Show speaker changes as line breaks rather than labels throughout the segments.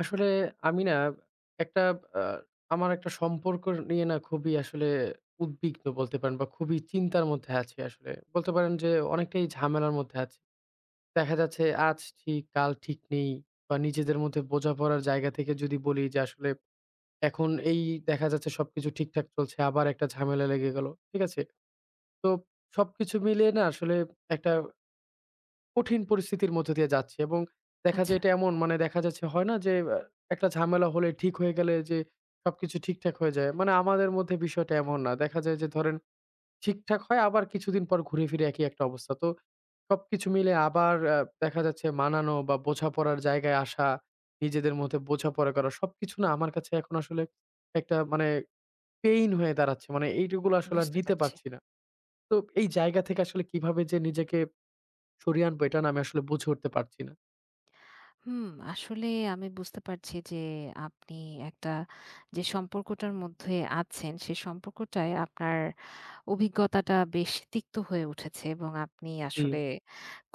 আসলে আমি না একটা আ আমার একটা সম্পর্ক নিয়ে না খুবই আসলে উদ্বিগ্ন বলতে পারেন বা খুবই চিন্তার মধ্যে আছি আসলে। বলতে পারেন যে অনেকটাই ঝামেলার মধ্যে আছি। দেখা যাচ্ছে আজ ঠিক কাল ঠিক নেই বা নিজেদের মধ্যে বোঝাপড়ার জায়গা থেকে যদি বলি যে আসলে এখন এই দেখা যাচ্ছে সবকিছু ঠিকঠাক চলছে আবার একটা ঝামেলা লেগে গেল। ঠিক আছে? তো সবকিছু মিলিয়ে না আসলে একটা কঠিন পরিস্থিতির মধ্য দিয়ে যাচ্ছি এবং দেখা
আচ্ছা,
যায় এটা এমন মানে দেখা যাচ্ছে হয় না যে একটা ঝামেলা হলে ঠিক হয়ে গেলে যে সবকিছু ঠিকঠাক হয়ে যায়। মানে আমাদের মধ্যে বিষয়টা এমন না। দেখা যায় যে ধরেন ঠিকঠাক হয় আবার কিছুদিন পর ঘুরে ফিরে একই একটা অবস্থা। তো সবকিছু মিলে আবার দেখা যাচ্ছে মানানো বা বোঝাপড়ার জায়গায় আসা, নিজেদের মধ্যে বোঝাপড়া করা সবকিছু না আমার কাছে এখন আসলে একটা মানে পেইন হয়ে দাঁড়াচ্ছে। মানে এইটুকুলো আসলে আর
বুঝতে
নিতে
পারছি।
পারছি না। তো এই জায়গা থেকে আসলে কিভাবে যে নিজেকে সরিয়ে আনবো এটা না আমি আসলে বুঝে উঠতে পারছি না।
হুম, আসলে আমি বুঝতে পারছি যে আপনি একটা যে সম্পর্কটার মধ্যে আছেন, সে সম্পর্কটায় আপনার অভিজ্ঞতাটা বেশ তিক্ত হয়ে উঠেছে এবং আপনি
জি,
আসলে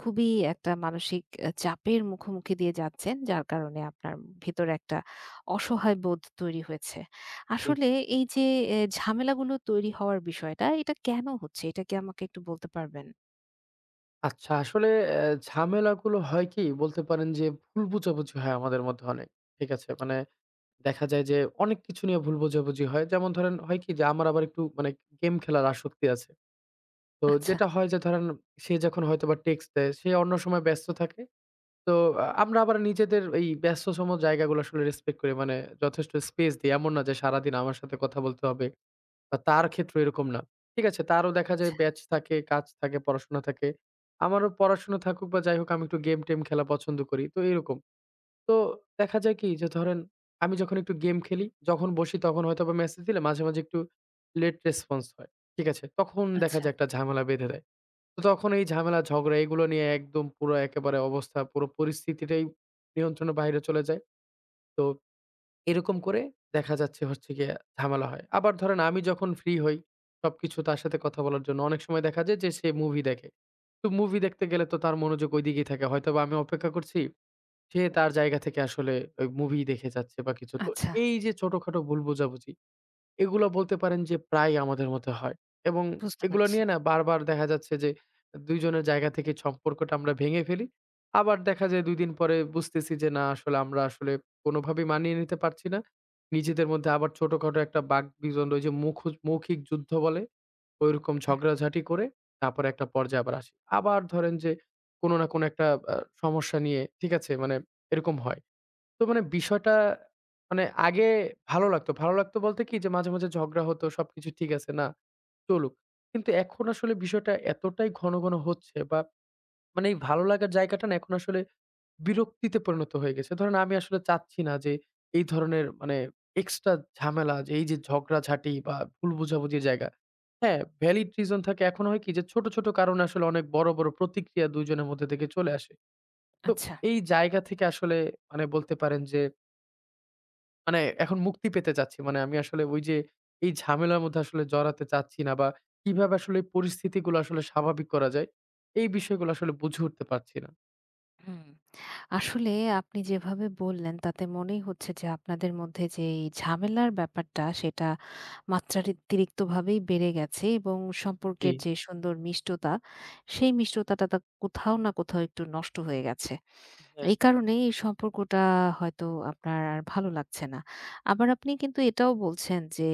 খুবই একটা মানসিক চাপের মুখোমুখি দিয়ে যাচ্ছেন, যার কারণে আপনার ভিতরে একটা অসহায় বোধ তৈরি হয়েছে।
জি।
আসলে এই যে এ ঝামেলাগুলো তৈরি হওয়ার বিষয়টা, এটা কেন হচ্ছে? এটা কি আমাকে একটু বলতে পারবেন?
আচ্ছা আসলে ঝামেলাগুলো হয় কি বলতে পারেন যে ভুল বোঝাবুঝি হয় আমাদের মধ্যে অনেক। ঠিক আছে? মানে দেখা যায় যে অনেক কিছু নিয়ে ভুল বোঝাবুঝি হয়। যেমন ধরেন হয় কি যে আমার আবার একটু মানে গেম খেলার আসক্তি আছে। তো
আচ্ছা,
যেটা হয় যে ধরেন সে যখন হয়তোবা টেক্সট দেয় সে অন্য সময় ব্যস্ত থাকে। তো আমরা আবার নিজেদের এই ব্যস্তসম জায়গাগুলো আসলে রেসপেক্ট করি। মানে যথেষ্ট স্পেস দিই। এমন না যে সারাদিন আমার সাথে কথা বলতে হবে। তার ক্ষেত্রে এরকম না। ঠিক আছে, তারও দেখা
আচ্ছা,
যায় ব্যাচ থাকে, কাজ থাকে, পড়াশোনা থাকে। আমারও পড়াশোনা থাকুক বা যাই হোক আমি একটু গেম-টেম খেলা পছন্দ করি। তো এরকম। তো দেখা যায় কি যে ধরেন আমি যখন একটু গেম খেলি, যখন বসি তখন হয়তোবা মেসেজ দিলে মাঝে, মাঝে একটু লেট রেসপন্স হয়। ঠিক আছে? তখন দেখা
আচ্ছা,
যায় একটা ঝামেলা বেঁধে দেয়। তো তখন এই ঝামেলা, ঝগড়া এগুলো নিয়ে একদম পুরো একেবারে অবস্থা পুরো পরিস্থিতিটাই নিয়ন্ত্রণের বাইরে চলে যায়। তো এরকম করে দেখা যাচ্ছে হচ্ছে গিয়ে ঝামেলা হয়। আবার ধরেন আমি যখন ফ্রি হই, সবকিছু তার সাথে কথা বলার জন্য অনেক সময় দেখা যায় যে সে মুভি দেখে। তো মুভি দেখতে গেলে তো তার মনোযোগ ঐদিকেই থাকে। হয়তোবা আমি অপেক্ষা করছি, সে তার জায়গা থেকে আসলে ওই মুভি দেখে যাচ্ছে বা কিছু। তো
আচ্ছা,
এই যে ছোটখাটো ভুল বোঝাবুঝি এগুলা বলতে পারেন যে প্রায় আমাদের মধ্যে হয় এবং
বুঝতে
এগুলো
পারছি।
নিয়ে না বারবার দেখা যাচ্ছে যে ২ জনের জায়গা থেকে সম্পর্কটা আমরা ভেঙে ফেলি। আবার দেখা যায় ২ দিন পরে বুঝতেছি যে না আসলে আমরা আসলে কোনোভাবেই মানিয়ে নিতে পারছি না। নিজেদের মধ্যে আবার ছোটখাটো একটা বাকবিতন্ড ওই যে মৌখিক যুদ্ধ বলে ওইরকম
হুম,
ঝগড়াঝাটি করে তারপরে একটা পর্যায়ে আবার আসি। আবার ধরেন যে কোনো না কোনো একটা আ সমস্যা নিয়ে ঠিক আছে? মানে এরকম হয়। তো মানে বিষয়টা মানে আগে ভালো লাগতো। ভালো লাগতো বলতে কি যে মাঝে, মাঝে ঝগড়া হতো সবকিছু ঠিক আছে না চলুক। কিন্তু এখন আসলে বিষয়টা এতটাই ঘন, ঘন হচ্ছে বা মানে এই ভালো লাগার জায়গাটা না এখন আসলে বিরক্তিতে পরিণত হয়ে গেছে। ধরেন আমি আসলে চাচ্ছি না যে এই ধরনের মানে এক্সট্রা ঝামেলা যে এই যে ঝগড়াঝাটি বা ভুল বোঝাবুঝির জায়গা। হ্যাঁ, ভ্যালিড রিজন থাকে। এখন হয় কি যে ছোট, ছোট কারণে আসলে অনেক বড়, বড় প্রতিক্রিয়া ২ জনের মধ্যে থেকে চলে আসে। তো
আচ্ছা।
এই জায়গা থেকে আসলে মানে বলতে পারেন যে মানে এখন মুক্তি পেতে চাচ্ছি। মানে আমি আসলে ওই যে এই ঝামেলার মধ্যে আসলে জড়াতে চাচ্ছি না বা কিভাবে আসলে এই পরিস্থিতিগুলো আসলে স্বাভাবিক করা যায়, এই বিষয়গুলো আসলে বুঝে উঠতে পারছি না।
হুম। আসলে আপনি যেভাবে বললেন তাতে মনেই হচ্ছে যে আপনাদের মধ্যে যে এই ঝামেলার ব্যাপারটা সেটা মাত্রাতিরিক্তভাবেই বেড়ে গেছে এবং
জি,
সম্পর্কের যে সুন্দর মিষ্টতা সেই মিষ্টতাটা তা কোথাও না কোথাও একটু নষ্ট হয়ে গেছে।
হ্যাঁ,
এই কারণেই এই সম্পর্কটা হয়তো আপনার আর ভালো লাগছে না। আবার আপনি কিন্তু এটাও বলছেন যে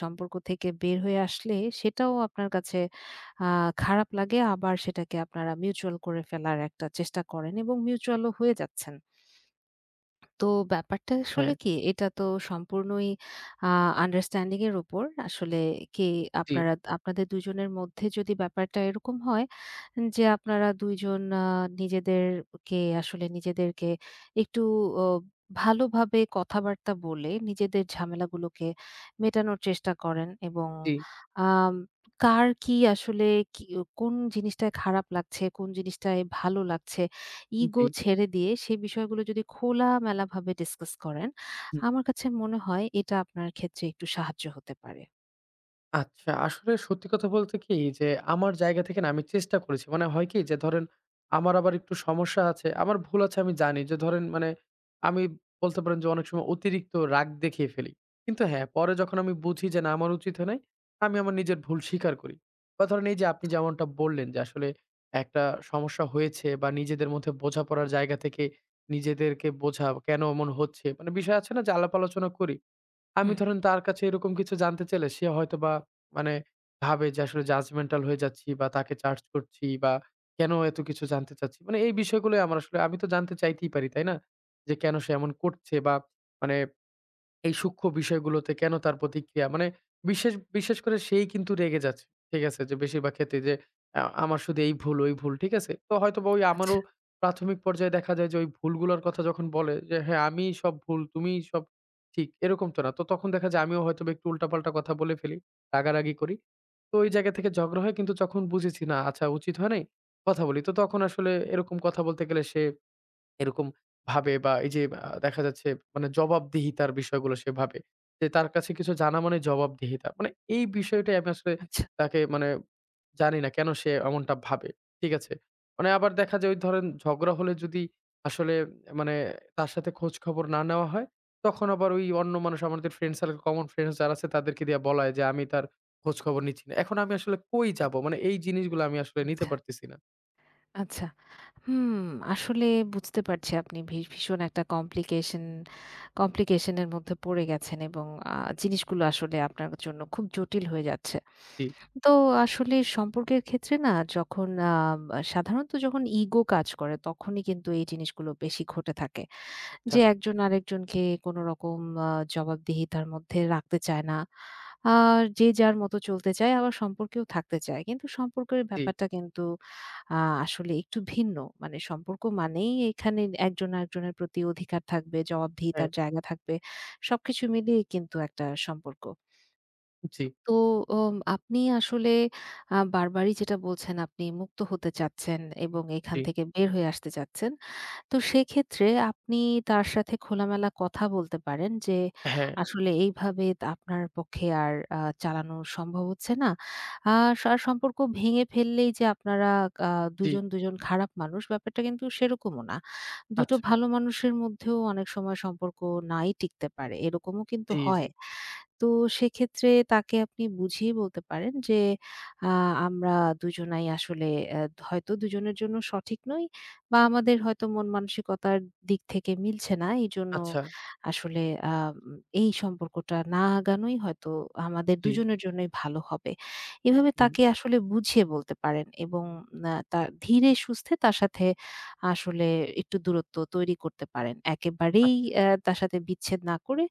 সম্পর্ক থেকে বের হয়ে আসলে সেটাও আপনার কাছে আ খারাপ লাগে। আবার সেটাকে আপনারা মিউচুয়াল করে ফেলার একটা চেষ্টা করেন এবং মিউচুয়ালও হয়ে যাচ্ছেন। তো ব্যাপারটা
হ্যাঁ,
আসলে কি, এটা তো সম্পূর্ণই আ আন্ডারস্ট্যান্ডিং এর উপর। আসলে কে
জি,
আপনারা আপনাদের ২ জনের মধ্যে যদি ব্যাপারটা এরকম হয় যে, আপনারা ২ জন নিজেদেরকে আসলে নিজেদেরকে একটু অ ভালোভাবে কথাবার্তা বলে নিজেদের ঝামেলাগুলোকে মেটানোর চেষ্টা করেন এবং
জি,
আম কার কি আসলে কি কোন জিনিসটায় খারাপ লাগছে, কোন জিনিসটায় ভালো লাগছে ইগো
জি,
ছেড়ে দিয়ে সেই বিষয়গুলো যদি খোলামেলাভাবে ডিসকাস করেন,
হুম।
আমার কাছে মনে হয় এটা আপনার ক্ষেত্রে একটু সাহায্য হতে পারে।
আচ্ছা, আসলে সত্যি কথা বলতে কি যে আমার জায়গা থেকে না আমি চেষ্টা করেছি। মানে হয় কি যে ধরেন আমার আবার একটু সমস্যা আছে। আমার ভুল আছে আমি জানি যে ধরেন মানে আমি বলতে পারেন যে অনেক সময় অতিরিক্ত রাগ দেখিয়ে ফেলি। কিন্তু হ্যাঁ, পরে যখন আমি বুঝি যে না আমার উচিত হয় নাই, আমি আমার নিজের ভুল স্বীকার করি। বা ধরেন এই যে আপনি যেমনটা বললেন যে আসলে একটা সমস্যা হয়েছে বা নিজেদের মধ্যে বোঝাপড়ার জায়গা থেকে নিজেদেরকে বোঝা কেন এমন হচ্ছে মানে বিষয় আছে না যে আলাপ আলোচনা করি। আমি
হুম।
ধরেন তার কাছে এরকম কিছু জানতে চাইলে সে হয়তোবা মানে ভাবে যে আসলে judgemental হয়ে যাচ্ছি বা তাকে চার্জ করছি বা কেন এত কিছু জানতে চাচ্ছি। মানে এই বিষয়গুলোই আমার আসলে আমি তো জানতে চাইতেই পারি, তাই না? যে কেন সে এমন করছে বা মানে এই সূক্ষ্ম বিষয়গুলোতে কেন তার প্রতিক্রিয়া? মানে বিশেষ বিশেষ করে সেই কিন্তু রেগে যাচ্ছে। ঠিক আছে? যে বেশিরভাগ ক্ষেত্রে যে আমার শুধু এই ভুল, ওই ভুল। ঠিক আছে? তো হয়তোবা ওই
আচ্ছা,
আমারও প্রাথমিক পর্যায়ে দেখা যায় যে ওই ভুলগুলোর কথা যখন বলে যে, "হ্যাঁ, আমিই সব ভুল, তুমিই সব ঠিক।" এরকম তো না। তো তখন দেখা যায় আমিও হয়তোবা একটু উল্টাপাল্টা কথা বলে ফেলি, রাগারাগি করি। তো ওই জায়গা থেকে ঝগড়া হয় কিন্তু যখন বুঝেছি না, আচ্ছা উচিত হয় নাই, কথা বলি। তো তখন আসলে এরকম কথা বলতে গেলে সে এরকম ভাবে বা এই যে দেখা যাচ্ছে মানে জবাবদিহিতার বিষয়গুলো সে ভাবে। যে তার কাছে কিছু জানা মানে জবাবদিহিতা। মানে এই বিষয়টাই আমি আসলে
আচ্ছা,
তাকে মানে জানি না কেন সে এমনটা ভাবে। ঠিক আছে? মানে আবার দেখা যায় ওই ধরেন ঝগড়া হলে যদি আসলে মানে তার সাথে খোঁজ খবর না নেওয়া হয়, তখন আবার ওই অন্য মানুষ আমাদের ফ্রেন্ড সার্কেল কমন ফ্রেন্ডস যারা আছে তাদেরকে দিয়ে বলায় যে আমি তার খোঁজ খবর নিচ্ছি না। এখন আমি আসলে কই যাবো? মানে এই জিনিসগুলো আমি আসলে নিতে
আচ্ছা,
পারতেছি না।
আচ্ছা। হুম, আসলে বুঝতে পারছি আপনি ভীষণ একটা কমপ্লিকেশন কমপ্লিকেশন এর মধ্যে পড়ে গেছেন এবং আ জিনিসগুলো আসলে আপনার জন্য খুব জটিল হয়ে যাচ্ছে।
জি,
তো আসলে সম্পর্কের ক্ষেত্রে না যখন সাধারণত যখন ইগো কাজ করে তখনই কিন্তু এই জিনিসগুলো বেশি ঘটে থাকে।
আচ্ছা।
যে একজন আরেকজনকে কোনরকম আ জবাবদিহিতার মধ্যে রাখতে চায় না। আ যে যার মতো চলতে চায়, আবার সম্পর্কেও থাকতে চায়। কিন্তু সম্পর্কের
আচ্ছা, জি,
ব্যাপারটা কিন্তু আ আসলে একটু ভিন্ন। মানে সম্পর্ক মানেই এখানে একজন আরেকজনের প্রতি অধিকার থাকবে,
হ্যাঁ,
জবাবদিহিতার জায়গা থাকবে। সবকিছু মিলিয়ে কিন্তু একটা সম্পর্ক।
জি,
তো আপনি আসলে বারবারই যেটা বলছেন আপনি মুক্ত হতে চাচ্ছেন এবং এখান
জি,
থেকে বের হয়ে আসতে চাচ্ছেন। তো সেক্ষেত্রে আপনি তার সাথে খোলামেলা কথা বলতে পারেন যে,
হ্যাঁ।
আসলে এইভাবে তা আপনার পক্ষে আর চালানো সম্ভব হচ্ছে না। আ স আর সম্পর্ক ভেঙে ফেললেই যে আপনারা আ
জি,
দুজন খারাপ মানুষ ব্যাপারটা কিন্তু সেরকমও না। দুটো
আচ্ছা।
ভালো মানুষের মধ্যেও অনেক সময় সম্পর্ক নাই টিকতে পারে। এরকমও কিন্তু
জি, জি।
হয়। তো সেক্ষেত্রে তাকে আপনি বুঝিয়ে বলতে পারেন যে, আ আমরা দুজনাই আসলে হয়তো দুজনের জন্য সঠিক নই বা আমাদের হয়তো মন মানসিকতার দিক থেকে মিলছে না। এজন্য
আচ্ছা,
আসলে আ এই সম্পর্কটা না আগানোই হয়তো আমাদের
জি,
দুজনের জন্যই ভালো হবে। এভাবে
হুম,
তাকে আসলে বুঝিয়ে বলতে পারেন এবং তা ধীরে সুস্থে তার সাথে আসলে একটু দূরত্ব তৈরি করতে পারেন। একেবারেই
আচ্ছা,
তার সাথে বিচ্ছেদ না করে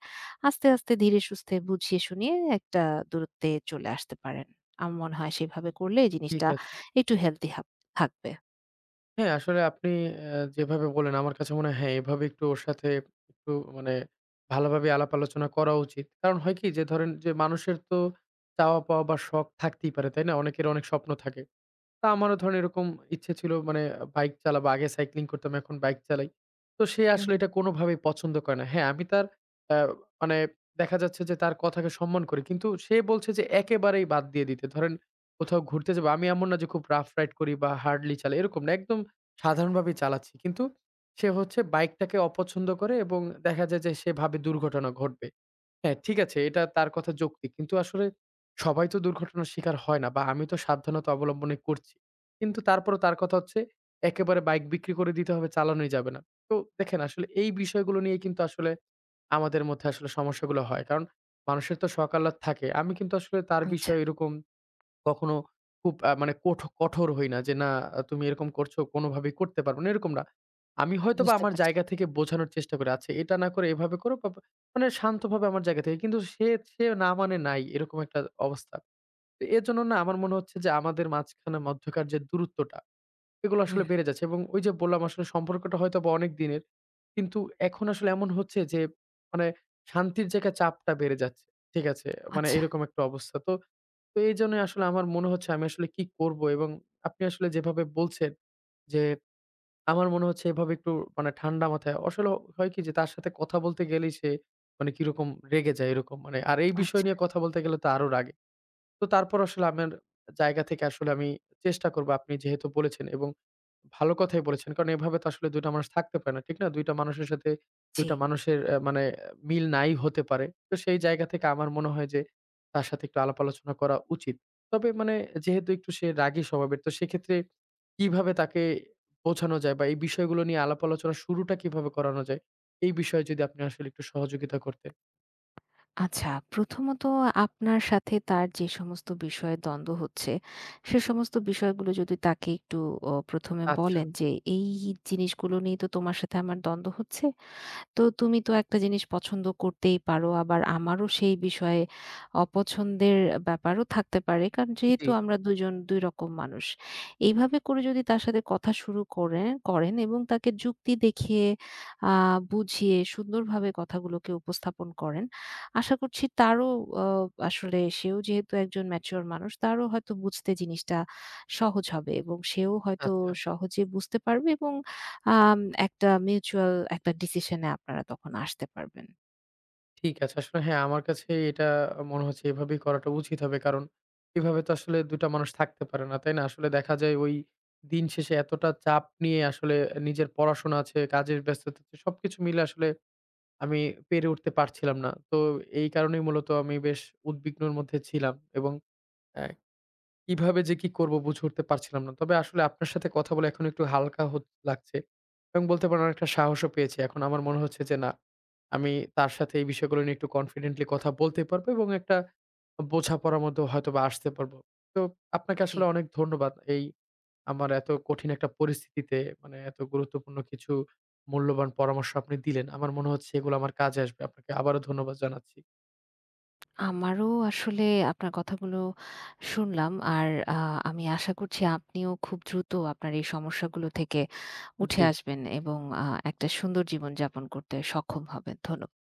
আস্তে, আস্তে ধীরে সুস্থে বুঝিয়ে শুনিয়ে একটা দূরত্বে চলে আসতে পারেন। আমার মনে হয় সেভাবে করলে এই
ঠিক
জিনিসটা
আছে।
একটু হেলদি হাব থাকবে।
হ্যাঁ, আসলে আপনি যেভাবে বললেন আমার কাছে মনে হয় হ্যাঁ, এভাবে একটু ওর সাথে একটু মানে ভালোভাবে আলাপ আলোচনা করা উচিত। কারণ হয় কি যে ধরেন যে মানুষের তো চাওয়া পাওয়া বা শখ থাকতেই পারে, তাই না? অনেকের অনেক স্বপ্ন থাকে। তা আমারও ধরেন এরকম ইচ্ছে ছিল মানে বাইক চালাবো। আগে সাইক্লিং করতাম, এখন বাইক চালাই। তো সে
হুম,
আসলে এটা কোনোভাবেই পছন্দ করে না। হ্যাঁ, আমি তার আ মানে দেখা যাচ্ছে যে তার কথাকে সম্মান করি। কিন্তু সে বলছে যে একেবারেই বাদ দিয়ে দিতে। ধরেন কোথাও ঘুরতে যাবো। আমি এমন না যে খুব রাফ রাইড করি বা হার্ডলি চালাই, এরকম না। একদম সাধারণভাবেই চালাচ্ছি। কিন্তু সে হচ্ছে বাইকটাকে অপছন্দ করে এবং দেখা যায় যে সে ভাবে দুর্ঘটনা ঘটবে। হ্যাঁ, ঠিক আছে। এটা তার কথা যৌক্তিক। কিন্তু আসলে সবাই তো দুর্ঘটনার শিকার হয় না বা আমি তো সাবধানতা অবলম্বনই করছি। কিন্তু তারপরও তার কথা হচ্ছে একেবারে বাইক বিক্রি করে দিতে হবে, চালানোই যাবে না। তো দেখেন আসলে এই বিষয়গুলো নিয়ে কিন্তু আসলে আমাদের মধ্যে আসলে সমস্যাগুলো হয়। কারণ মানুষের তো শখ আহ্লাদ থাকে। আমি কিন্তু আসলে তার
আচ্ছা,
বিষয়ে এরকম কখনো খুব মানে কঠোর হই না যে, "না আহ, তুমি এরকম করছো, কোনোভাবেই করতে পারবে না," এরকম না। আমি হয়তোবা
বুঝতে
আমার
পারছি।
জায়গা থেকে বোঝানোর চেষ্টা করি, "আচ্ছা এটা না করে এভাবে করো বা বা" মানে শান্তভাবে আমার জায়গা থেকে। কিন্তু সে সে না মানে নাই এরকম একটা অবস্থা। তো এর জন্য না আমার মনে হচ্ছে যে আমাদের মাঝখানে মধ্যকার যে দূরত্বটা, এগুলো
হুম।
আসলে বেড়ে যাচ্ছে এবং ওই যে বললাম আসলে সম্পর্কটা হয়তোবা অনেক দিনের। কিন্তু এখন আসলে এমন হচ্ছে যে মানে শান্তির জায়গায় চাপটা বেড়ে যাচ্ছে। ঠিক আছে? মানে
আচ্ছা,
এরকম একটা অবস্থা। তো তো এইজন্যই আসলে আমার মনে হচ্ছে আমি আসলে কি করব? এবং আপনি আসলে যেভাবে বলছেন যে, আমার মনে হচ্ছে এভাবে একটু মানে ঠান্ডা মাথায় আসলে হয় কি যে তার সাথে কথা বলতে গেলেই সে মানে কিরকম রেগে যায় এরকম মানে। আর এই বিষয়
আচ্ছা।
নিয়ে কথা বলতে গেলে তো আরো রাগে। তো তারপর আসলে আমার জায়গা থেকে আসলে আমি চেষ্টা করব আপনি যেহেতু বলেছেন এবং ভালো কথাই বলেছেন। কারণ এভাবে তো আসলে ২ টা মানুষ থাকতে পারে না। ঠিক না? ২ টা মানুষের সাথে ২
জি।
টা মানুষের মানে মিল নাই হতে পারে। তো সেই জায়গা থেকে আমার মনে হয় যে তার সাথে একটু আলাপ আলোচনা করা উচিত। তবে মানে যেহেতু একটু সে রাগী স্বভাবের তো সেক্ষেত্রে কিভাবে তাকে বোঝানো যায় বা এই বিষয়গুলো নিয়ে আলাপ আলোচনা শুরুটা কিভাবে করানো যায়? এই বিষয়ে যদি আপনি আসলে একটু সহযোগিতা করতেন।
আচ্ছা, প্রথমত আপনার সাথে তার যে সমস্ত বিষয়ে দ্বন্দ্ব হচ্ছে, সে সমস্ত বিষয়গুলো যদি তাকে একটু ১ম এ
আচ্ছা,
বলেন যে, "এই জিনিসগুলো নিয়ে তো তোমার সাথে আমার দ্বন্দ্ব হচ্ছে।" তো তুমি তো একটা জিনিস পছন্দ করতেই পারো আবার আমারও সেই বিষয়ে অপছন্দের ব্যাপারও থাকতে পারে, কারণ
জি,
যেহেতু আমরা দুজন দুই রকম মানুষ। এইভাবে করে যদি তার সাথে কথা শুরু করেন করেন এবং তাকে যুক্তি দেখিয়ে বুঝিয়ে সুন্দরভাবে কথাগুলোকে উপস্থাপন করেন, আশা করছি তারও আহ, আসলে সেও যেহেতু একজন ম্যাচিওর মানুষ তারও হয়তো বুঝতে জিনিসটা সহজ হবে এবং সেও হয়তো
আচ্ছা।
সহজে বুঝতে পারবে এবং আম একটা মিউচুয়াল একটা ডিসিশন এ আপনারা তখন আসতে পারবেন।
ঠিক আছে। আসলে হ্যাঁ, আমার কাছে এটা মনে হচ্ছে এভাবেই করাটা উচিত হবে। কারণ এভাবে তো আসলে ২ টা মানুষ থাকতে পারে না, তাই না? আসলে দেখা যায় ওই দিন শেষে এতটা চাপ নিয়ে আসলে নিজের পড়াশোনা আছে, কাজের ব্যস্ততা আছে, সবকিছু মিলে আসলে আমি পেরে উঠতে পারছিলাম না। তো এই কারণেই মূলত আমি বেশ উদ্বিগ্নর মধ্যে ছিলাম এবং অ্যা কিভাবে যে কি করব বুঝে উঠতে পারছিলাম না। তবে আসলে আপনার সাথে কথা বলে এখন একটু হালকা লাগছে এবং বলতে পারেন অনেকটা সাহসও পেয়েছি। এখন আমার মনে হচ্ছে যে না, আমি তার সাথে এই বিষয়গুলো নিয়ে একটু কনফিডেন্টলি কথা বলতে পারবো এবং একটা বোঝাপড়ার মধ্যেও হয়তোবা আসতে পারবো। তো আপনাকে
জি।
আসলে অনেক ধন্যবাদ। এই আমার এত কঠিন একটা পরিস্থিতিতে মানে এত গুরুত্বপূর্ণ কিছু মূল্যবান পরামর্শ আপনি দিলেন। আমার মনে হচ্ছে এগুলো আমার কাজে আসবে। আপনাকে আবারও ধন্যবাদ জানাচ্ছি।
আমারও আসলে আপনার কথাগুলো শুনলাম। আর আমি আশা করছি আপনিও খুব দ্রুত আপনার এই সমস্যাগুলো থেকে উঠে
জি।
আসবেন এবং একটা সুন্দর জীবনযাপন করতে সক্ষম হবেন। ধন্য